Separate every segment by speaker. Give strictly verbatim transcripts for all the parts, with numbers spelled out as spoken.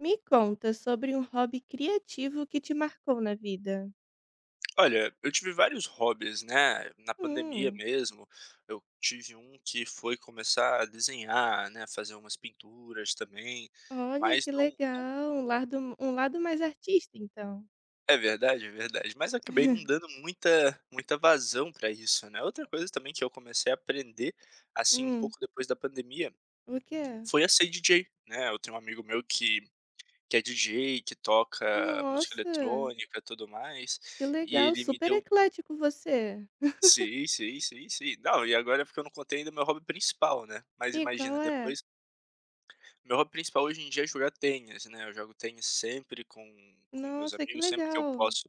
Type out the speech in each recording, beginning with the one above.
Speaker 1: Me conta sobre um hobby criativo que te marcou na vida.
Speaker 2: Olha, eu tive vários hobbies, né, na pandemia
Speaker 1: Hum,
Speaker 2: mesmo, eu tive um que foi começar a desenhar, né, fazer umas pinturas também,
Speaker 1: olha
Speaker 2: mas
Speaker 1: que
Speaker 2: não
Speaker 1: legal, um lado, um lado mais artista então.
Speaker 2: é verdade, é verdade, mas acabei não dando muita muita vazão para isso, né. Outra coisa também que eu comecei a aprender, assim, um
Speaker 1: Hum,
Speaker 2: pouco depois da pandemia,
Speaker 1: o quê?
Speaker 2: foi a ser D J, né. Eu tenho um amigo meu que que é D J, que toca música
Speaker 1: Nossa,
Speaker 2: eletrônica, e tudo mais,
Speaker 1: que
Speaker 2: e
Speaker 1: legal,
Speaker 2: ele me
Speaker 1: super
Speaker 2: deu.
Speaker 1: eclético você.
Speaker 2: Sim, sim, sim, sim. Não, e agora é porque eu não contei ainda meu hobby principal, né. Mas
Speaker 1: E
Speaker 2: imagina,
Speaker 1: qual é?
Speaker 2: depois meu hobby principal hoje em dia é jogar tênis, né, eu jogo tênis sempre com com meus
Speaker 1: Nossa, que
Speaker 2: amigos, sempre que eu
Speaker 1: legal.
Speaker 2: posso,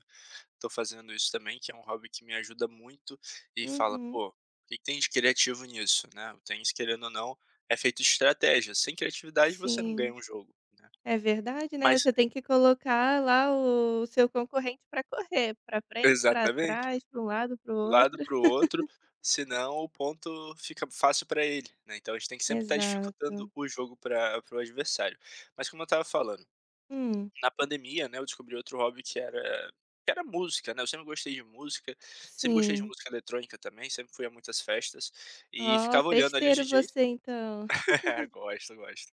Speaker 2: tô fazendo isso também, que é um hobby que me ajuda muito e fala:
Speaker 1: Uhum,
Speaker 2: "Pô, o que que tem de criativo nisso?", né. O tênis, querendo ou não, é feito de estratégia, sem criatividade você não ganha
Speaker 1: sim.
Speaker 2: um jogo, né.
Speaker 1: É verdade, né,
Speaker 2: Mas
Speaker 1: você tem que colocar lá o seu concorrente para correr, para frente, para
Speaker 2: exatamente.
Speaker 1: trás, para um lado, para o
Speaker 2: Do lado
Speaker 1: outro.
Speaker 2: para o outro, senão o ponto fica fácil para ele, né, então a gente tem que sempre estar dificultando
Speaker 1: Exato.
Speaker 2: o jogo para para o adversário. Mas como eu estava falando,
Speaker 1: Hum,
Speaker 2: na pandemia, né, eu descobri outro hobby que era que era música, né, eu sempre gostei de música, sempre gostei de
Speaker 1: sim.
Speaker 2: música eletrônica também, sempre fui a muitas festas, e
Speaker 1: Ó,
Speaker 2: ficava olhando ali os
Speaker 1: festeiro
Speaker 2: D Js.
Speaker 1: você então,
Speaker 2: Gosto, gosto.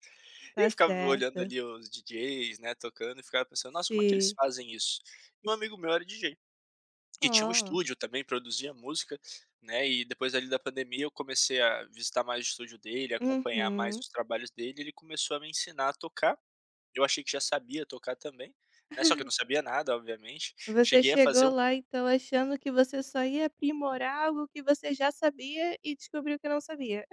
Speaker 1: tá
Speaker 2: E ficava olhando
Speaker 1: certo.
Speaker 2: ali os D Js, né, tocando e ficava pensando: "Nossa, como é que eles
Speaker 1: Sim.
Speaker 2: fazem isso?". E um amigo meu era D J. E tinha um
Speaker 1: Ó,
Speaker 2: estúdio também, produzia música, né, e depois ali da pandemia eu comecei a visitar mais o estúdio dele, acompanhar mais
Speaker 1: uhum.
Speaker 2: os trabalhos dele, ele começou a me ensinar a tocar, eu achei que já sabia tocar também, né, só que eu não sabia nada obviamente,
Speaker 1: Você
Speaker 2: cheguei a fazer
Speaker 1: chegou
Speaker 2: um,
Speaker 1: lá então achando que você só ia aprimorar algo que você já sabia e descobriu que não sabia.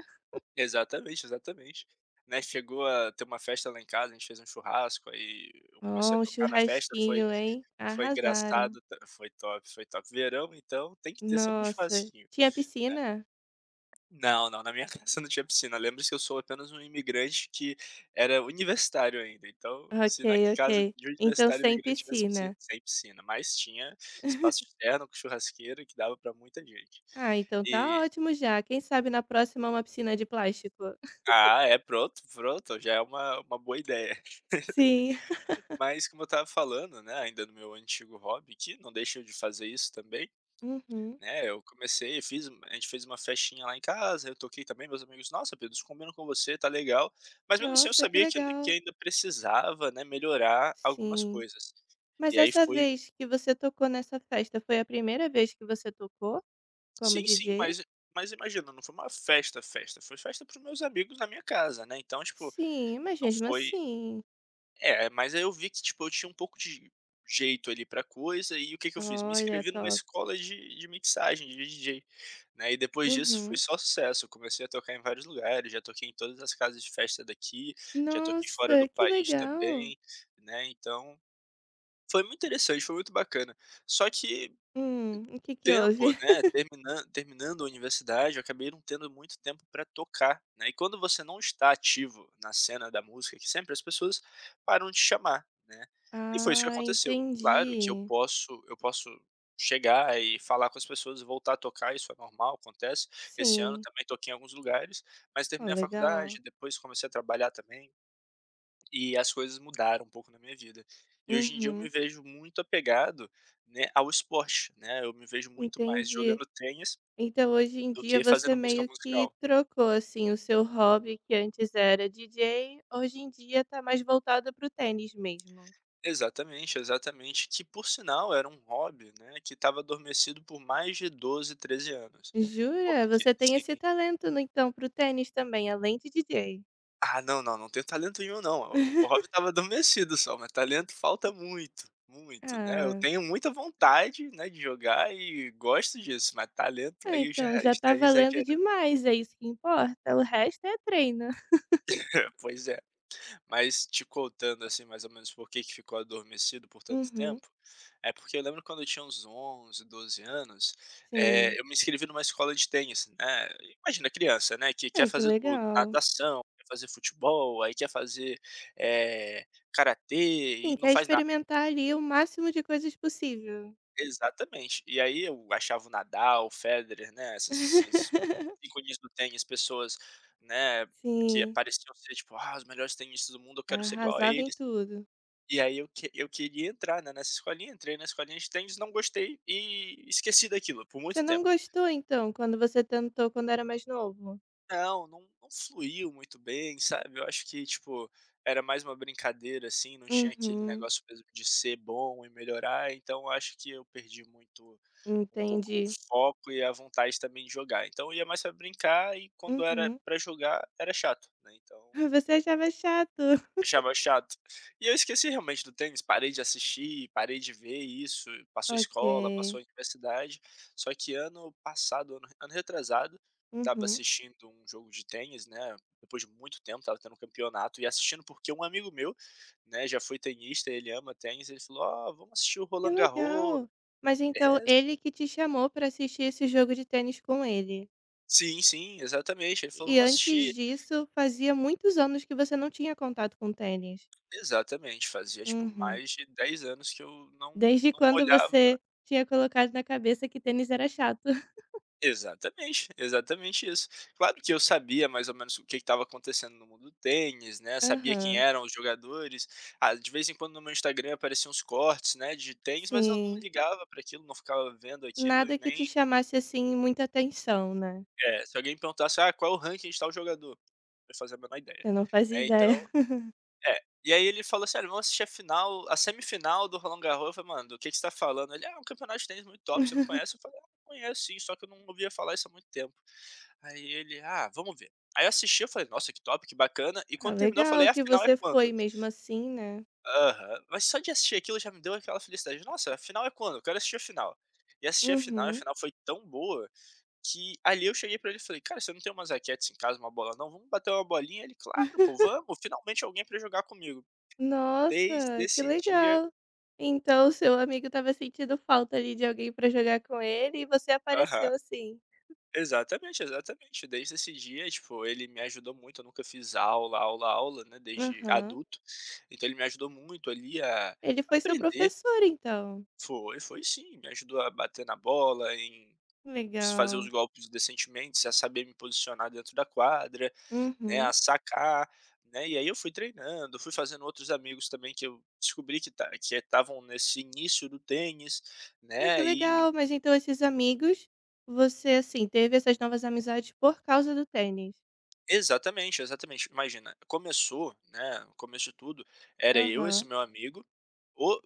Speaker 2: exatamente, exatamente, né, chegou a ter uma festa lá em casa, a gente fez um churrasco, aí eu comecei
Speaker 1: Ó,
Speaker 2: a
Speaker 1: um
Speaker 2: tocar na festa, foi
Speaker 1: churrasquinho, hein?
Speaker 2: foi
Speaker 1: Arrasaram.
Speaker 2: engraçado, ta- foi top, foi top. Verão então tem que ter sempre um
Speaker 1: Nossa,
Speaker 2: churrasquinho.
Speaker 1: tinha piscina?
Speaker 2: Não, não, na minha casa não tinha piscina. Lembra se que eu sou apenas um imigrante que era universitário ainda, então
Speaker 1: Ok,
Speaker 2: se na casa
Speaker 1: ok.
Speaker 2: de um
Speaker 1: Então
Speaker 2: universitário
Speaker 1: sem
Speaker 2: imigrante tivesse piscina,
Speaker 1: piscina.
Speaker 2: sem piscina, mas tinha espaço externo com churrasqueira que dava para muita gente.
Speaker 1: Ah, então tá
Speaker 2: E
Speaker 1: ótimo já. Quem sabe na próxima uma piscina de plástico.
Speaker 2: ah, é, pronto, pronto, já é uma uma boa ideia.
Speaker 1: Sim.
Speaker 2: Mas como eu estava falando, né, ainda no meu antigo hobby, que não deixa de fazer isso também,
Speaker 1: Uhum.
Speaker 2: né, eu comecei, fiz, a gente fez uma festinha lá em casa, eu toquei também, meus amigos: "Nossa, Pedro, isso combina com você, tá legal". Mas mesmo assim eu
Speaker 1: Nossa, que
Speaker 2: sabia que que
Speaker 1: legal.
Speaker 2: ainda precisava, né, melhorar algumas
Speaker 1: Sim.
Speaker 2: coisas.
Speaker 1: Mas
Speaker 2: E aí
Speaker 1: essa
Speaker 2: foi,
Speaker 1: vez que você tocou nessa festa, foi a primeira vez que você tocou como
Speaker 2: sim, sim,
Speaker 1: D J?
Speaker 2: mas mas imagina, não foi uma festa, festa, foi festa para os meus amigos na minha casa, né, então, tipo,
Speaker 1: Sim, mas
Speaker 2: não
Speaker 1: mesmo
Speaker 2: foi.
Speaker 1: assim.
Speaker 2: É, mas aí eu vi que, tipo, eu tinha um pouco de jeito ali pra coisa, e o que que eu fiz? Me
Speaker 1: Olha,
Speaker 2: inscrevi numa
Speaker 1: top.
Speaker 2: escola de de mixagem, de D J, né, e depois disso foi
Speaker 1: Uhum.
Speaker 2: só sucesso, eu comecei a tocar em vários lugares, já toquei em todas as casas de festa daqui, já toquei fora do
Speaker 1: Nossa, que
Speaker 2: país
Speaker 1: legal.
Speaker 2: também, né, então foi muito interessante, foi muito bacana. Só que
Speaker 1: Hum, o
Speaker 2: com
Speaker 1: que
Speaker 2: o
Speaker 1: que
Speaker 2: tempo,
Speaker 1: houve?
Speaker 2: né, terminan terminando a universidade, eu acabei não tendo muito tempo para tocar, né, e quando você não está ativo na cena da música, que sempre as pessoas param de chamar, né, e foi isso que
Speaker 1: Ah,
Speaker 2: aconteceu. Claro que eu
Speaker 1: entendi.
Speaker 2: posso eu posso chegar e falar com as pessoas e voltar a tocar, isso é normal, acontece. Esse ano
Speaker 1: Sim.
Speaker 2: também toquei em alguns lugares, mas
Speaker 1: Ó,
Speaker 2: terminei a
Speaker 1: legal.
Speaker 2: faculdade, depois comecei a trabalhar também. E as coisas mudaram um pouco na minha vida. E hoje em dia eu
Speaker 1: Uhum.
Speaker 2: me vejo muito apegado, né, ao esporte, né, eu me vejo muito mais
Speaker 1: Entendi.
Speaker 2: jogando tênis
Speaker 1: Então, hoje em
Speaker 2: do
Speaker 1: dia,
Speaker 2: que
Speaker 1: você
Speaker 2: fazendo música
Speaker 1: meio que
Speaker 2: musical.
Speaker 1: trocou, assim, o seu hobby, que antes era D J, hoje em dia tá mais voltado pro tênis mesmo.
Speaker 2: Exatamente, exatamente, que por sinal era um hobby, né, que estava adormecido por mais de doze treze anos.
Speaker 1: Jura?
Speaker 2: Porque
Speaker 1: Você tem esse
Speaker 2: sim.
Speaker 1: talento no então para o tênis também, além de D J?
Speaker 2: Ah, não, não, não tenho talento nenhum não, o o hobby estava adormecido só, mas talento falta muito, muito, né. Eu
Speaker 1: Ah,
Speaker 2: tenho muita vontade, né, de jogar e gosto disso, mas talento
Speaker 1: ah,
Speaker 2: aí eu já
Speaker 1: então já tá
Speaker 2: estaria
Speaker 1: valendo
Speaker 2: exagerando.
Speaker 1: demais, é isso que importa, o resto é treino.
Speaker 2: Pois é. Mas te contando, assim, mais ou menos por que que ficou adormecido por tanto tempo,
Speaker 1: Uhum,
Speaker 2: é porque eu lembro quando eu tinha uns onze doze anos,
Speaker 1: sim.
Speaker 2: eh, eu me inscrevi numa escola de tênis, né. Imagina criança, né, que
Speaker 1: Ah,
Speaker 2: quer
Speaker 1: que
Speaker 2: fazer tudo,
Speaker 1: legal.
Speaker 2: natação, quer fazer futebol, aí quer fazer, eh, karatê
Speaker 1: Sim,
Speaker 2: e não
Speaker 1: quer
Speaker 2: faz nada.
Speaker 1: experimentar ali o máximo de coisas possível.
Speaker 2: Exatamente. E aí eu achava o Nadal, o Federer, né, esses esses ícones do tênis, pessoas, né, que
Speaker 1: Sim,
Speaker 2: pareciam ser, tipo: "Ah, os melhores tenistas do mundo, eu quero ser igual a
Speaker 1: arrasava em
Speaker 2: eles".
Speaker 1: tudo.
Speaker 2: E aí eu que eu queria entrar, né, nessa escolinha, entrei na escolinha de tênis, não gostei e esqueci daquilo por
Speaker 1: Você
Speaker 2: muito
Speaker 1: não
Speaker 2: tempo.
Speaker 1: gostou então quando você tentou quando era mais novo?
Speaker 2: Não, não, não fluiu muito bem, sabe, eu acho que, tipo, era mais uma brincadeira, assim, não tinha aquele
Speaker 1: Uhum,
Speaker 2: negócio mesmo de ser bom e melhorar, então eu acho que eu perdi muito um pouco o
Speaker 1: entendi.
Speaker 2: foco e a vontade também de jogar. Então eu ia mais pra brincar e quando era
Speaker 1: Uhum.
Speaker 2: pra jogar, era chato, né, então.
Speaker 1: Você achava chato.
Speaker 2: Achava chato. E eu esqueci realmente do tênis, parei de assistir, parei de ver isso, passou
Speaker 1: Ok.
Speaker 2: escola, passou universidade, só que ano passado, ano ano retrasado, estava
Speaker 1: Uhum.
Speaker 2: assistindo um jogo de tênis, né, depois de muito tempo, estava tendo um campeonato e assistindo porque um amigo meu, né, já foi tenista, ele ama tênis, ele falou: "Ó, vamos assistir o
Speaker 1: Que
Speaker 2: Roland Garros".
Speaker 1: legal. Mas então
Speaker 2: É,
Speaker 1: ele que te chamou para assistir esse jogo de tênis com ele.
Speaker 2: sim, sim, exatamente, ele falou:
Speaker 1: E
Speaker 2: "Vamos
Speaker 1: antes
Speaker 2: assistir".
Speaker 1: disso, fazia muitos anos que você não tinha contato com tênis.
Speaker 2: Exatamente, fazia, tipo,
Speaker 1: Uhum.
Speaker 2: mais de dez anos que eu não
Speaker 1: Desde
Speaker 2: não
Speaker 1: quando
Speaker 2: olhava.
Speaker 1: você tinha colocado na cabeça que tênis era chato?
Speaker 2: Exatamente, exatamente isso. Claro que eu sabia mais ou menos o que estava acontecendo no mundo do tênis, né, sabia quem
Speaker 1: Aham.
Speaker 2: eram os jogadores. Ah, de vez em quando no meu Instagram apareciam uns cortes, né, de tênis, mas eu não
Speaker 1: Sim.
Speaker 2: ligava para aquilo, não ficava vendo aquilo e
Speaker 1: Nada que te
Speaker 2: nem
Speaker 1: chamasse, assim, muita atenção, né?
Speaker 2: é, se alguém perguntasse: "Ah, qual é o ranking de tal jogador?", eu fazia a menor ideia,
Speaker 1: Você não fazia
Speaker 2: né,
Speaker 1: ideia.
Speaker 2: então é, e aí ele falou assim: "Olha, vamos assistir a final a semifinal do Roland Garros", eu falei: "Mano, do que que você tá falando?". Ele: "Ah, é um campeonato de tênis muito top, você não conhece?". Eu falei: "Ah, conheço sim, só que eu não ouvia falar isso há muito tempo". Aí ele: "Ah, vamos ver". Aí eu assisti, eu falei: "Nossa, que top, que bacana", e
Speaker 1: Ah,
Speaker 2: quando terminou eu falei:
Speaker 1: legal
Speaker 2: "A
Speaker 1: que
Speaker 2: final é
Speaker 1: você foi
Speaker 2: quando?".
Speaker 1: mesmo assim, né?
Speaker 2: Aham. Mas só de assistir aquilo já me deu aquela felicidade: "Nossa, a final é quando? Eu quero assistir a final". E assisti a final, e a
Speaker 1: Uhum.
Speaker 2: final foi tão boa que ali eu cheguei pra ele e falei: "Cara, você não tem umas raquetes em casa, uma bola não? Vamos bater uma bolinha?". Ele: "Claro, pô, vamos, finalmente alguém pra jogar comigo". Desde
Speaker 1: Nossa, que
Speaker 2: esse dia,
Speaker 1: legal. Então o seu amigo estava sentindo falta ali de alguém pra jogar com ele e você
Speaker 2: aham.
Speaker 1: apareceu assim.
Speaker 2: Exatamente, exatamente. Desde esse dia, tipo, ele me ajudou muito, eu nunca fiz aula, aula, aula, né, desde
Speaker 1: Aham.
Speaker 2: adulto. Então ele me ajudou muito ali a
Speaker 1: Ele foi seu
Speaker 2: aprender,
Speaker 1: professor então.
Speaker 2: foi, foi sim, me ajudou a bater na bola, em s fazer os
Speaker 1: Legal.
Speaker 2: golpes decentemente, a saber me posicionar dentro da quadra, né,
Speaker 1: Uhum.
Speaker 2: a sacar, né. E aí eu fui treinando, fui fazendo outros amigos também que eu descobri que ta que estavam nesse início do tênis,
Speaker 1: Ai que
Speaker 2: né, e
Speaker 1: legal, mas então esses amigos, você, assim, teve essas novas amizades por causa do tênis?
Speaker 2: exatamente, exatamente. Imagina, começou, né, o começo de tudo, era eu, esse
Speaker 1: Aham.
Speaker 2: meu amigo, o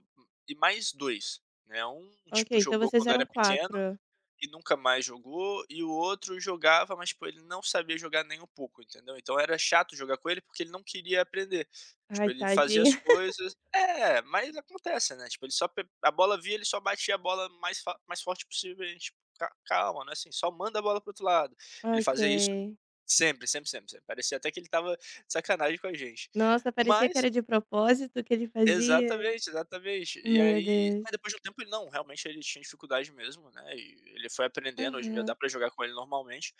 Speaker 2: e mais dois, né, um
Speaker 1: Ok,
Speaker 2: tipo
Speaker 1: então
Speaker 2: jogou
Speaker 1: vocês
Speaker 2: quando
Speaker 1: eram
Speaker 2: era pequeno
Speaker 1: quatro.
Speaker 2: e nunca mais jogou, e o outro jogava, mas, pô, ele não sabia jogar nem um pouco, entendeu. Então era chato jogar com ele, porque ele não queria aprender. Tipo,
Speaker 1: Ai
Speaker 2: ele fazia as
Speaker 1: tadinho.
Speaker 2: coisas é, mas acontece, né, tipo, ele só pe a bola via ele só batia a bola mais fa mais forte possível e a gente: tipo, "Ca calma, não é assim, só manda a bola pro outro lado". Ele
Speaker 1: Ok.
Speaker 2: fazia isso sempre, sempre, sempre, sempre. Parecia até que ele tava de sacanagem com a gente.
Speaker 1: Nossa, parecia que
Speaker 2: Mas
Speaker 1: era de propósito que ele fazia.
Speaker 2: exatamente, exatamente. E
Speaker 1: Meu
Speaker 2: aí
Speaker 1: Deus.
Speaker 2: mas depois de um tempo ele não, realmente ele tinha dificuldade mesmo, né, e ele foi aprendendo, hoje em dia
Speaker 1: Aham.
Speaker 2: dá pra jogar com ele normalmente.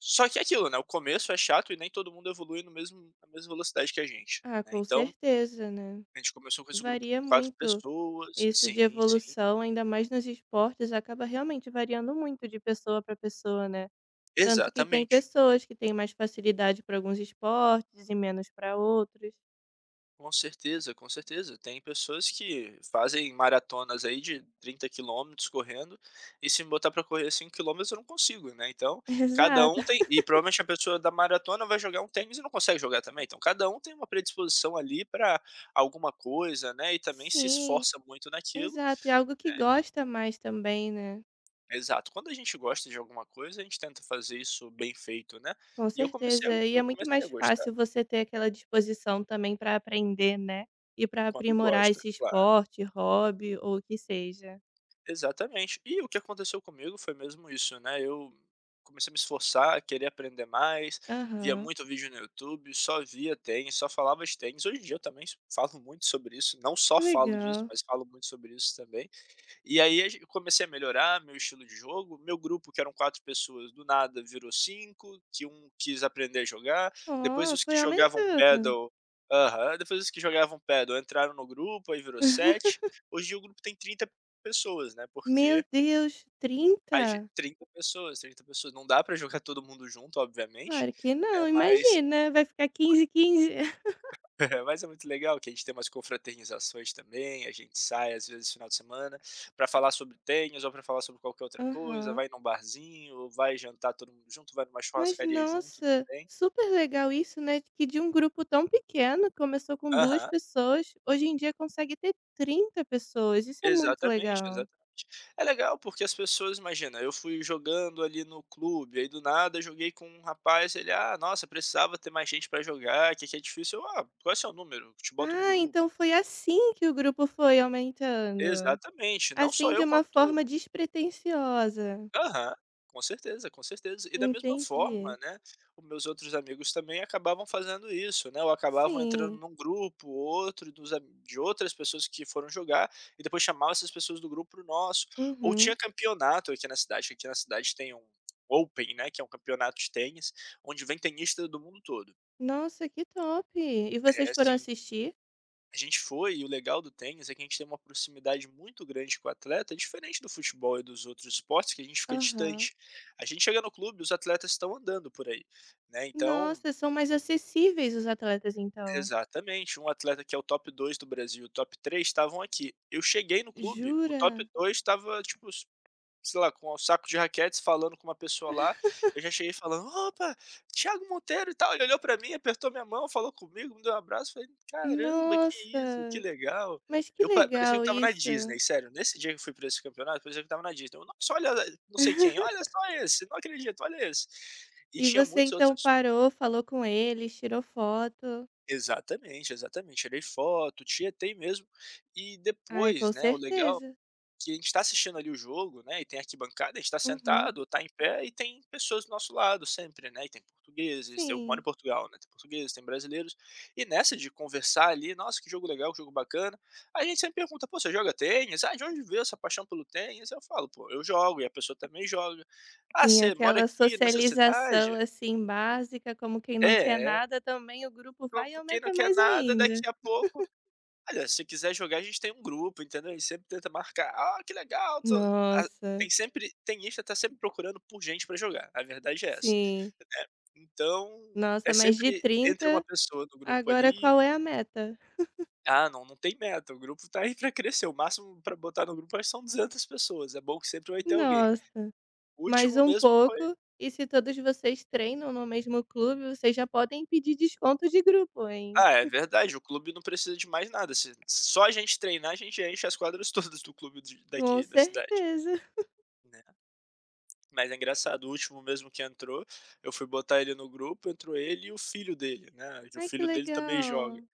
Speaker 2: Só que é aquilo, né, o começo é chato e nem todo mundo evolui no mesmo na mesma velocidade que a gente,
Speaker 1: Ah,
Speaker 2: né,
Speaker 1: com
Speaker 2: então,
Speaker 1: certeza, né?
Speaker 2: a gente começou com esse grupo
Speaker 1: Varia
Speaker 2: com quatro
Speaker 1: muito.
Speaker 2: pessoas,
Speaker 1: Isso de
Speaker 2: sim, sim.
Speaker 1: evolução, ainda mais nos esportes, acaba realmente variando muito de pessoa para pessoa, né? Tanto que tem
Speaker 2: Exatamente.
Speaker 1: pessoas que têm mais facilidade para alguns esportes e menos para outros.
Speaker 2: Com certeza, com certeza. Tem pessoas que fazem maratonas aí de trinta quilômetros correndo, e se me botar para correr cinco quilômetros eu não consigo, né, então, cada
Speaker 1: Exato.
Speaker 2: um tem e provavelmente a pessoa da maratona vai jogar um tênis e não consegue jogar também, então cada um tem uma predisposição ali para alguma coisa, né, e também se
Speaker 1: Sim,
Speaker 2: esforça muito naquilo,
Speaker 1: exato. É algo que
Speaker 2: né.
Speaker 1: gosta mais também, né?
Speaker 2: Exato. Quando a gente gosta de alguma coisa, a gente tenta fazer isso bem feito, né,
Speaker 1: Com
Speaker 2: e eu comecei a
Speaker 1: certeza. E é
Speaker 2: eu
Speaker 1: muito
Speaker 2: comecei
Speaker 1: mais
Speaker 2: a gostar,
Speaker 1: fácil você ter aquela disposição também para aprender, né? E para
Speaker 2: quando
Speaker 1: aprimorar
Speaker 2: gosta,
Speaker 1: esse
Speaker 2: claro.
Speaker 1: esporte, hobby ou o que seja.
Speaker 2: Exatamente. E o que aconteceu comigo foi mesmo isso, né, eu comecei a me esforçar, a querer aprender mais, via
Speaker 1: Aham.
Speaker 2: muito vídeo no YouTube, só via tênis, só falava de tênis. Hoje em dia eu também falo muito sobre isso, não só
Speaker 1: Que
Speaker 2: falo disso,
Speaker 1: legal.
Speaker 2: mas falo muito sobre isso também. E aí a gen eu comecei a melhorar meu estilo de jogo, meu grupo que eram quatro pessoas do nada virou cinco, que um quis aprender a jogar,
Speaker 1: Ó,
Speaker 2: depois os que
Speaker 1: foi
Speaker 2: jogavam
Speaker 1: aumentando.
Speaker 2: paddle, aham, depois os que jogavam paddle entraram no grupo, aí virou sete. Hoje em dia o grupo tem trinta pessoas, né,
Speaker 1: Meu
Speaker 2: porque
Speaker 1: Deus,
Speaker 2: a gen
Speaker 1: trinta.
Speaker 2: trinta pessoas, trinta pessoas, não dá pra jogar todo mundo junto obviamente,
Speaker 1: Claro que
Speaker 2: né,
Speaker 1: não,
Speaker 2: mas
Speaker 1: imagina, vai ficar quinze quinze.
Speaker 2: mas é muito legal que a gente tem umas confraternizações também, a gente sai às vezes final de semana para falar sobre tênis ou para falar sobre qualquer outra coisa,
Speaker 1: Aham.
Speaker 2: vai num barzinho, ou vai jantar todo mundo junto, vai numa
Speaker 1: Mas
Speaker 2: churrascaria junto
Speaker 1: nossa,
Speaker 2: também.
Speaker 1: super legal isso, né, que de um grupo tão pequeno, começou com duas
Speaker 2: Aham,
Speaker 1: pessoas, hoje em dia consegue ter trinta pessoas, isso é muito
Speaker 2: exatamente,
Speaker 1: legal.
Speaker 2: exatamente. É legal porque as pessoas, imagina, eu fui jogando ali no clube, aí do nada eu joguei com um rapaz, ele: "Ah, nossa, precisava ter mais gente para jogar, que aqui é difícil". Eu: "Ah, qual é o seu número? Te boto no
Speaker 1: Ah,
Speaker 2: grupo".
Speaker 1: então foi assim que o grupo foi aumentando,
Speaker 2: Exatamente, não só
Speaker 1: assim, de
Speaker 2: eu
Speaker 1: uma
Speaker 2: quanto.
Speaker 1: forma despretensiosa.
Speaker 2: Aham, com certeza, com certeza. E da mesma
Speaker 1: Entendi.
Speaker 2: forma, né, os meus outros amigos também acabavam fazendo isso, né, ou acabavam entrando
Speaker 1: Sim.
Speaker 2: num grupo outro dos a de outras pessoas que foram jogar, e depois chamavam essas pessoas do grupo para nosso. Ou
Speaker 1: Uhum.
Speaker 2: tinha campeonato aqui na cidade, que aqui na cidade tem um Open, né, que é um campeonato de tênis, onde vem tenista do mundo todo.
Speaker 1: Nossa, que top! E
Speaker 2: É,
Speaker 1: vocês foram
Speaker 2: assim,
Speaker 1: assistir?
Speaker 2: a gente foi, e o legal do tênis é que a gente tem uma proximidade muito grande com o atleta, diferente do futebol e dos outros esportes, que a gente fica
Speaker 1: Aham.
Speaker 2: distante. A gente chega no clube, os atletas estão andando por aí, né? Então,
Speaker 1: Nossa, são mais acessíveis os atletas, então.
Speaker 2: exatamente, um atleta que é o top dois do Brasil, o top três estavam aqui. Eu cheguei no clube, o top
Speaker 1: Jura?
Speaker 2: dois estava, tipo, sei lá, com o saco de raquetes falando com uma pessoa lá, eu já cheguei falando: "Opa, Thiago Monteiro e tal". Ele olhou pra mim, apertou minha mão, falou comigo, me deu um abraço, falei: "Caramba, que isso, que
Speaker 1: Nossa,
Speaker 2: legal".
Speaker 1: mas que
Speaker 2: Eu pa Parecia que eu
Speaker 1: legal
Speaker 2: estava na
Speaker 1: isso.
Speaker 2: Disney, sério, nesse dia que eu fui pra esse campeonato, parecia que eu estava na Disney. Eu: "Nossa, olha não sei quem, olha só esse, não acredito, olha esse". E
Speaker 1: E
Speaker 2: tinha
Speaker 1: você
Speaker 2: muitos
Speaker 1: então
Speaker 2: outros,
Speaker 1: parou, falou com eles, tirou foto.
Speaker 2: exatamente, exatamente. Tirei foto, tietei mesmo. E
Speaker 1: Ai,
Speaker 2: depois,
Speaker 1: com
Speaker 2: né, o legal
Speaker 1: certeza.
Speaker 2: que a gente está assistindo ali o jogo, né, e tem arquibancada, a gente tá
Speaker 1: Uhum.
Speaker 2: sentado, está em pé e tem pessoas do nosso lado sempre, né, e tem portugueses, eu moro em
Speaker 1: Sim.
Speaker 2: Portugal, né, tem portugueses, tem brasileiros, e nessa de conversar ali: "Nossa, que jogo legal, que jogo bacana". A gente sempre pergunta: "Pô, você joga tênis? Ah, de onde veio essa paixão pelo tênis?". Eu falo: "Pô, eu jogo", e a pessoa também joga. "Ah,
Speaker 1: Sim,
Speaker 2: você mora
Speaker 1: aquela
Speaker 2: aqui nessa
Speaker 1: socialização,
Speaker 2: cidade?".
Speaker 1: assim, básica, como quem não quer
Speaker 2: É, é.
Speaker 1: nada, também o grupo vai e
Speaker 2: Como quem não
Speaker 1: aumenta
Speaker 2: quer
Speaker 1: mais
Speaker 2: nada,
Speaker 1: ainda.
Speaker 2: daqui a pouco: "Olha, se quiser jogar, a gente tem um grupo, entendeu? A gente sempre tenta marcar". "Ah, que legal, tô". A
Speaker 1: Nossa,
Speaker 2: Tem sempre, tenista tá sempre procurando por gente pra jogar, a verdade é essa,
Speaker 1: sim.
Speaker 2: né. Então, é,
Speaker 1: Nossa, mas de
Speaker 2: sempre entra uma
Speaker 1: trinta,
Speaker 2: pessoa no grupo
Speaker 1: agora
Speaker 2: ali.
Speaker 1: qual é a meta?
Speaker 2: Ah, não, não tem meta, o grupo tá aí pra crescer, o máximo pra botar no grupo, acho que são duzentas pessoas, é bom que sempre vai ter alguém.
Speaker 1: Nossa,
Speaker 2: O
Speaker 1: mais
Speaker 2: último
Speaker 1: um
Speaker 2: mesmo foi,
Speaker 1: pouco, e se todos vocês treinam no mesmo clube, vocês já podem pedir desconto de grupo, hein.
Speaker 2: ah, é verdade, o clube não precisa de mais nada, se só a gente treinar, a gente enche as quadras todas do clube de
Speaker 1: Com
Speaker 2: daqui da cidade,
Speaker 1: certeza.
Speaker 2: né. Mas é engraçado, o último mesmo que entrou, eu fui botar ele no grupo, entrou ele e o filho dele, né, o
Speaker 1: Ai, que
Speaker 2: filho dele também joga.
Speaker 1: legal.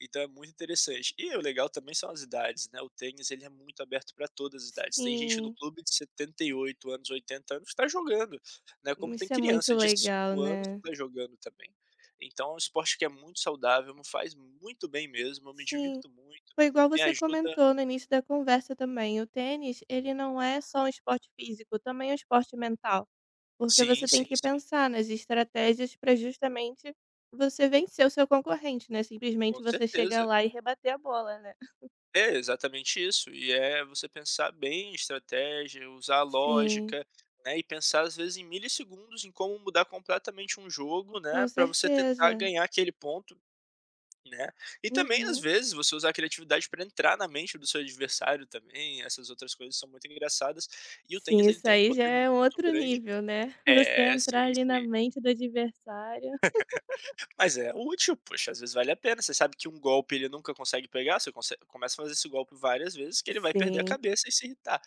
Speaker 2: Então é muito interessante. E o legal também são as idades, né, o tênis ele é muito aberto para todas as idades. Tem gente no
Speaker 1: Sim,
Speaker 2: clube de setenta e oito anos, oitenta anos que tá jogando, né, como tem
Speaker 1: isso é muito
Speaker 2: criança de
Speaker 1: legal,
Speaker 2: cinco anos
Speaker 1: né.
Speaker 2: que tá jogando também. Então é um esporte que é muito saudável, me faz muito bem mesmo, eu me
Speaker 1: Sim,
Speaker 2: divirto muito,
Speaker 1: foi igual
Speaker 2: me
Speaker 1: você
Speaker 2: ajuda,
Speaker 1: comentou no início da conversa também, o tênis, ele não é só um esporte físico, também é um esporte mental. Porque
Speaker 2: sim,
Speaker 1: você tem
Speaker 2: sim,
Speaker 1: que
Speaker 2: sim,
Speaker 1: pensar nas estratégias para justamente você vencer o seu concorrente, né?
Speaker 2: com
Speaker 1: Simplesmente você chegar
Speaker 2: certeza.
Speaker 1: lá e rebater a bola, né.
Speaker 2: É exatamente isso, e é você pensar bem em estratégia, usar a
Speaker 1: Sim,
Speaker 2: lógica, né, e pensar às vezes em milissegundos em como mudar completamente um jogo, né,
Speaker 1: com
Speaker 2: para você tentar
Speaker 1: certeza.
Speaker 2: ganhar aquele ponto, né. E também às
Speaker 1: Uhum.
Speaker 2: vezes você usar a criatividade para entrar na mente do seu adversário também, essas outras coisas são muito engraçadas, e o
Speaker 1: Sim,
Speaker 2: tênis ele
Speaker 1: isso
Speaker 2: tem um
Speaker 1: aí já
Speaker 2: poder muito
Speaker 1: é um outro
Speaker 2: grande,
Speaker 1: nível, né. Você
Speaker 2: é, sim,
Speaker 1: entrar ali na
Speaker 2: sim.
Speaker 1: mente do adversário.
Speaker 2: Mas é útil, poxa, às vezes vale a pena. Você sabe que um golpe ele nunca consegue pegar, você conse começa a fazer esse golpe várias vezes, que ele vai perder a
Speaker 1: Sim,
Speaker 2: cabeça e se irritar,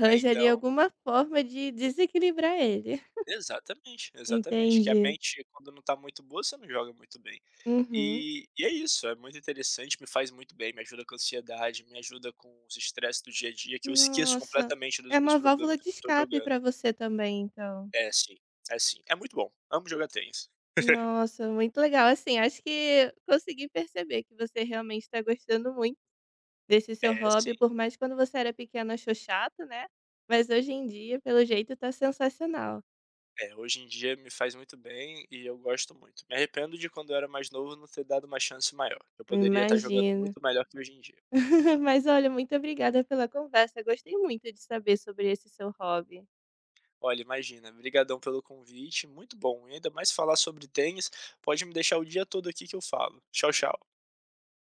Speaker 2: né,
Speaker 1: ali
Speaker 2: então
Speaker 1: alguma forma de desequilibrar ele.
Speaker 2: exatamente, exatamente, que a
Speaker 1: Entendi.
Speaker 2: mente, quando não está muito boa, você não joga muito bem.
Speaker 1: Uhum.
Speaker 2: E e é isso, é muito interessante, me faz muito bem, me ajuda com a ansiedade, me ajuda com os estresses do dia a dia, que eu esqueço
Speaker 1: Nossa,
Speaker 2: completamente dos
Speaker 1: é
Speaker 2: meus
Speaker 1: uma válvula
Speaker 2: problemas
Speaker 1: de
Speaker 2: quando estou
Speaker 1: escape
Speaker 2: jogando.
Speaker 1: para você também então.
Speaker 2: É sim, é sim. É muito bom, amo jogar tênis.
Speaker 1: Nossa, muito legal. Assim, acho que consegui perceber que você realmente está gostando muito desse seu
Speaker 2: É
Speaker 1: hobby,
Speaker 2: sim.
Speaker 1: por mais que quando você era pequena achou chato, né? Mas hoje em dia, pelo jeito, tá sensacional.
Speaker 2: É, hoje em dia me faz muito bem e eu gosto muito. Me arrependo de quando eu era mais novo não ter dado uma chance maior. Eu poderia estar jogando
Speaker 1: Imagino.
Speaker 2: muito melhor que hoje em dia.
Speaker 1: Mas olha, muito obrigada pela conversa. Gostei muito de saber sobre esse seu hobby.
Speaker 2: Olha, imagina, brigadão pelo convite, muito bom. E ainda mais falar sobre tênis, pode me deixar o dia todo aqui que eu falo. Tchau, tchau.